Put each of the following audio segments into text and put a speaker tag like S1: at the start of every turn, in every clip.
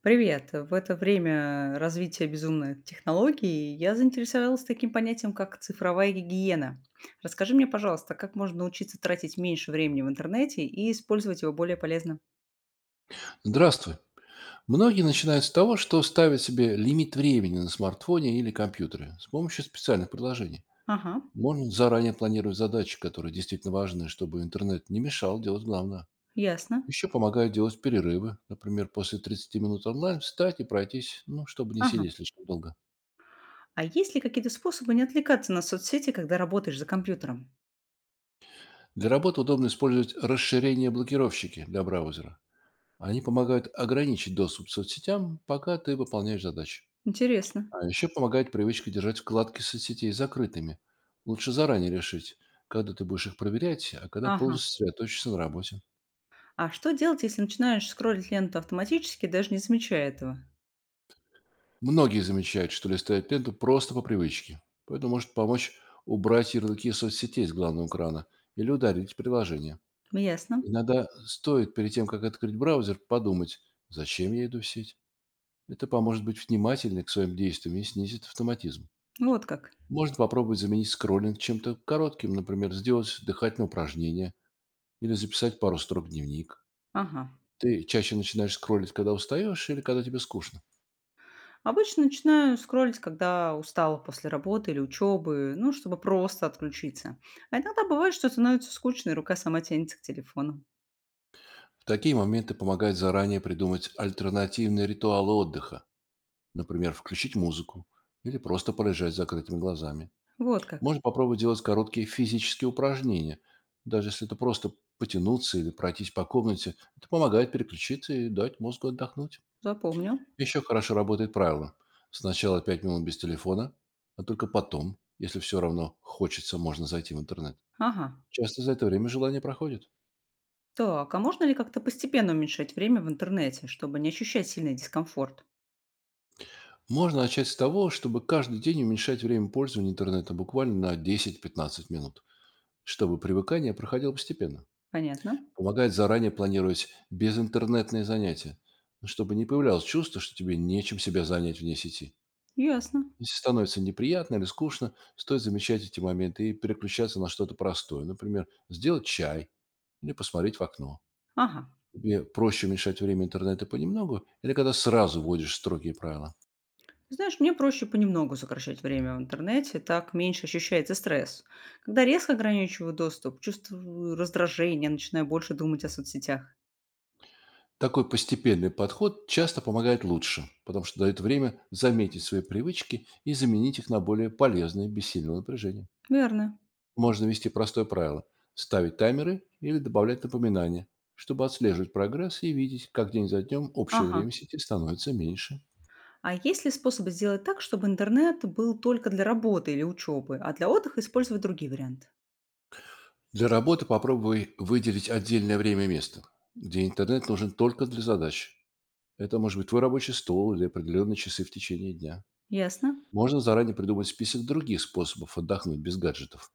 S1: Привет! В это время развития безумной технологии я заинтересовалась таким понятием, как цифровая гигиена. Расскажи мне, пожалуйста, как можно научиться тратить меньше времени в интернете и использовать его более полезно?
S2: Здравствуй. Многие начинают с того, что ставят себе лимит времени на смартфоне или компьютере с помощью специальных приложений.
S1: Ага,
S2: Можно заранее планировать задачи, которые действительно важны, чтобы интернет не мешал делать главное.
S1: ясно.
S2: Еще помогают делать перерывы. Например, после 30 минут онлайн встать и пройтись, ну, чтобы не
S1: Ага.
S2: сидеть слишком долго.
S1: А есть ли какие-то способы не отвлекаться на соцсети, когда работаешь за компьютером?
S2: Для работы удобно использовать расширение-блокировщики для браузера. Они помогают ограничить доступ к соцсетям, пока ты выполняешь задачи.
S1: Интересно.
S2: А еще помогает привычка держать вкладки соцсетей закрытыми. Лучше заранее решить, когда ты будешь их проверять, а когда
S1: Ага.
S2: полностью сосредоточишься на работе.
S1: А что делать, если начинаешь скроллить ленту автоматически, даже не замечая этого?
S2: Многие замечают, что листают ленту просто по привычке. Поэтому может помочь убрать ярлыки соцсетей с главного экрана или ударить приложение.
S1: Ясно.
S2: Иногда стоит перед тем, как открыть браузер, подумать, зачем я иду в сеть. Это поможет быть внимательным к своим действиям и снизит автоматизм.
S1: Вот как.
S2: Можно попробовать заменить скроллинг чем-то коротким, например, сделать дыхательное упражнение. Или записать пару строк в дневник.
S1: Ага.
S2: Ты чаще начинаешь скроллить, когда устаешь или когда тебе скучно.
S1: Обычно начинаю скроллить, когда устала после работы или учебы, ну, чтобы просто отключиться. А иногда бывает, что становится скучно, и рука сама тянется к телефону.
S2: В такие моменты помогает заранее придумать альтернативные ритуалы отдыха. Например, включить музыку или просто полежать с закрытыми глазами.
S1: Вот как.
S2: Можно попробовать делать короткие физические упражнения. Даже если это просто потянуться или пройтись по комнате, это помогает переключиться и дать мозгу отдохнуть.
S1: Запомню.
S2: Еще хорошо работает правило. Сначала 5 минут без телефона, а только потом, если все равно хочется, можно зайти в интернет.
S1: Ага.
S2: Часто за это время желание проходит.
S1: Так, а можно ли как-то постепенно уменьшать время в интернете, чтобы не ощущать сильный дискомфорт?
S2: Можно начать с того, чтобы каждый день уменьшать время пользования интернетом буквально на 10-15 минут, чтобы привыкание проходило постепенно.
S1: Понятно.
S2: Помогает заранее планировать безинтернетные занятия, ну, чтобы не появлялось чувство, что тебе нечем себя занять вне сети.
S1: Ясно.
S2: Если становится неприятно или скучно, стоит замечать эти моменты и переключаться на что-то простое. Например, сделать чай или посмотреть в окно.
S1: Ага.
S2: Тебе проще уменьшать время интернета понемногу или когда сразу вводишь строгие правила?
S1: Знаешь, мне проще понемногу сокращать время в интернете, так меньше ощущается стресс. Когда резко ограничиваю доступ, чувствую раздражение, начинаю больше думать о соцсетях.
S2: Такой постепенный подход часто помогает лучше, потому что дает время заметить свои привычки и заменить их на более полезные без сильного напряжения.
S1: Верно.
S2: Можно вести простое правило — ставить таймеры или добавлять напоминания, чтобы отслеживать прогресс и видеть, как день за днем общее
S1: Ага.
S2: время в сети становится меньше.
S1: А есть ли способы сделать так, чтобы интернет был только для работы или учебы, а для отдыха использовать другие варианты?
S2: Для работы попробуй выделить отдельное время и место, где интернет нужен только для задач. Это может быть твой рабочий стол или определенные часы в течение дня.
S1: Ясно.
S2: Можно заранее придумать список других способов отдохнуть без гаджетов.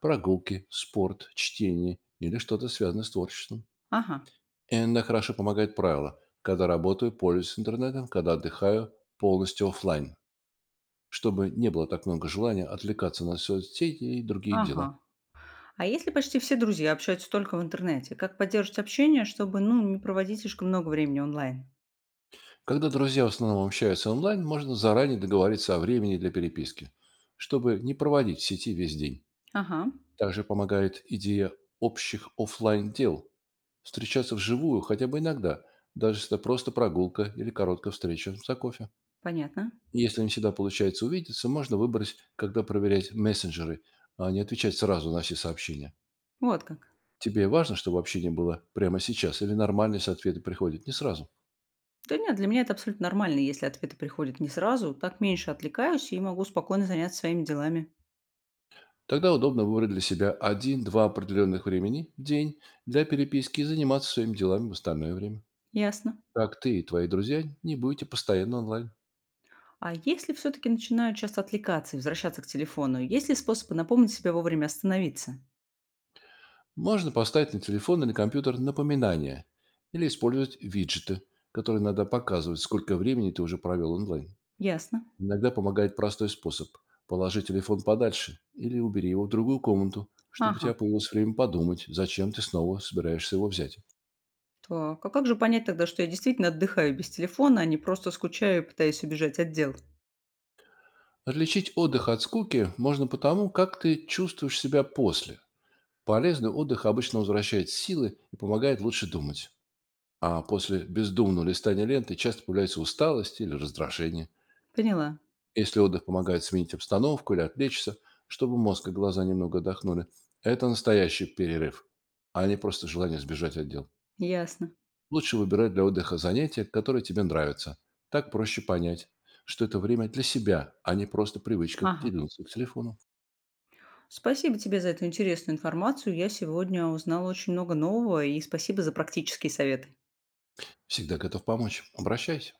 S2: Прогулки, спорт, чтение или что-то связанное с творчеством.
S1: Ага.
S2: Иногда хорошо помогает правило, когда работаю, пользуюсь интернетом, когда отдыхаю, полностью оффлайн, чтобы не было так много желания отвлекаться на соцсети и другие дела.
S1: Ага. А если почти все друзья общаются только в интернете, как поддерживать общение, чтобы, ну, не проводить слишком много времени онлайн?
S2: Когда друзья в основном общаются онлайн, можно заранее договориться о времени для переписки, чтобы не проводить в сети весь день.
S1: Ага,
S2: Также помогает идея общих оффлайн дел, встречаться вживую хотя бы иногда, даже если это просто прогулка или короткая встреча за кофе.
S1: понятно.
S2: Если не всегда получается увидеться, можно выбрать, когда проверять мессенджеры, а не отвечать сразу на все сообщения.
S1: Вот как.
S2: Тебе важно, чтобы общение было прямо сейчас, или нормальные ответы приходят не сразу?
S1: Да нет, для меня это абсолютно нормально, если ответы приходят не сразу, так меньше отвлекаюсь и могу спокойно заняться своими делами.
S2: Тогда удобно выбрать для себя один-два определенных времени в день для переписки и заниматься своими делами в остальное время.
S1: Ясно.
S2: Так ты и твои друзья не будете постоянно онлайн.
S1: А если все-таки начинаю часто отвлекаться и возвращаться к телефону, есть ли способы напомнить себе вовремя остановиться?
S2: Можно поставить на телефон или компьютер напоминания или использовать виджеты, которые иногда показывают, сколько времени ты уже провел онлайн.
S1: Ясно.
S2: Иногда помогает простой способ — положи телефон подальше или убери его в другую комнату, чтобы у
S1: Ага.
S2: тебя появилось время подумать, зачем ты снова собираешься его взять.
S1: Так, а как же понять тогда, что я действительно отдыхаю без телефона, а не просто скучаю и пытаюсь убежать от дел?
S2: Отличить отдых от скуки можно потому, как ты чувствуешь себя после. Полезный отдых обычно возвращает силы и помогает лучше думать. А после бездумного листания ленты часто появляется усталость или раздражение.
S1: Поняла.
S2: Если отдых помогает сменить обстановку или отвлечься, чтобы мозг и глаза немного отдохнули, это настоящий перерыв, а не просто желание сбежать от дел.
S1: Ясно.
S2: Лучше выбирать для отдыха занятия, которые тебе нравятся. Так проще понять, что это время для себя, а не просто привычка к
S1: Ага.
S2: к телефону.
S1: Спасибо тебе за эту интересную информацию. Я сегодня узнала очень много нового, и спасибо за практические советы.
S2: Всегда готов помочь. Обращайся.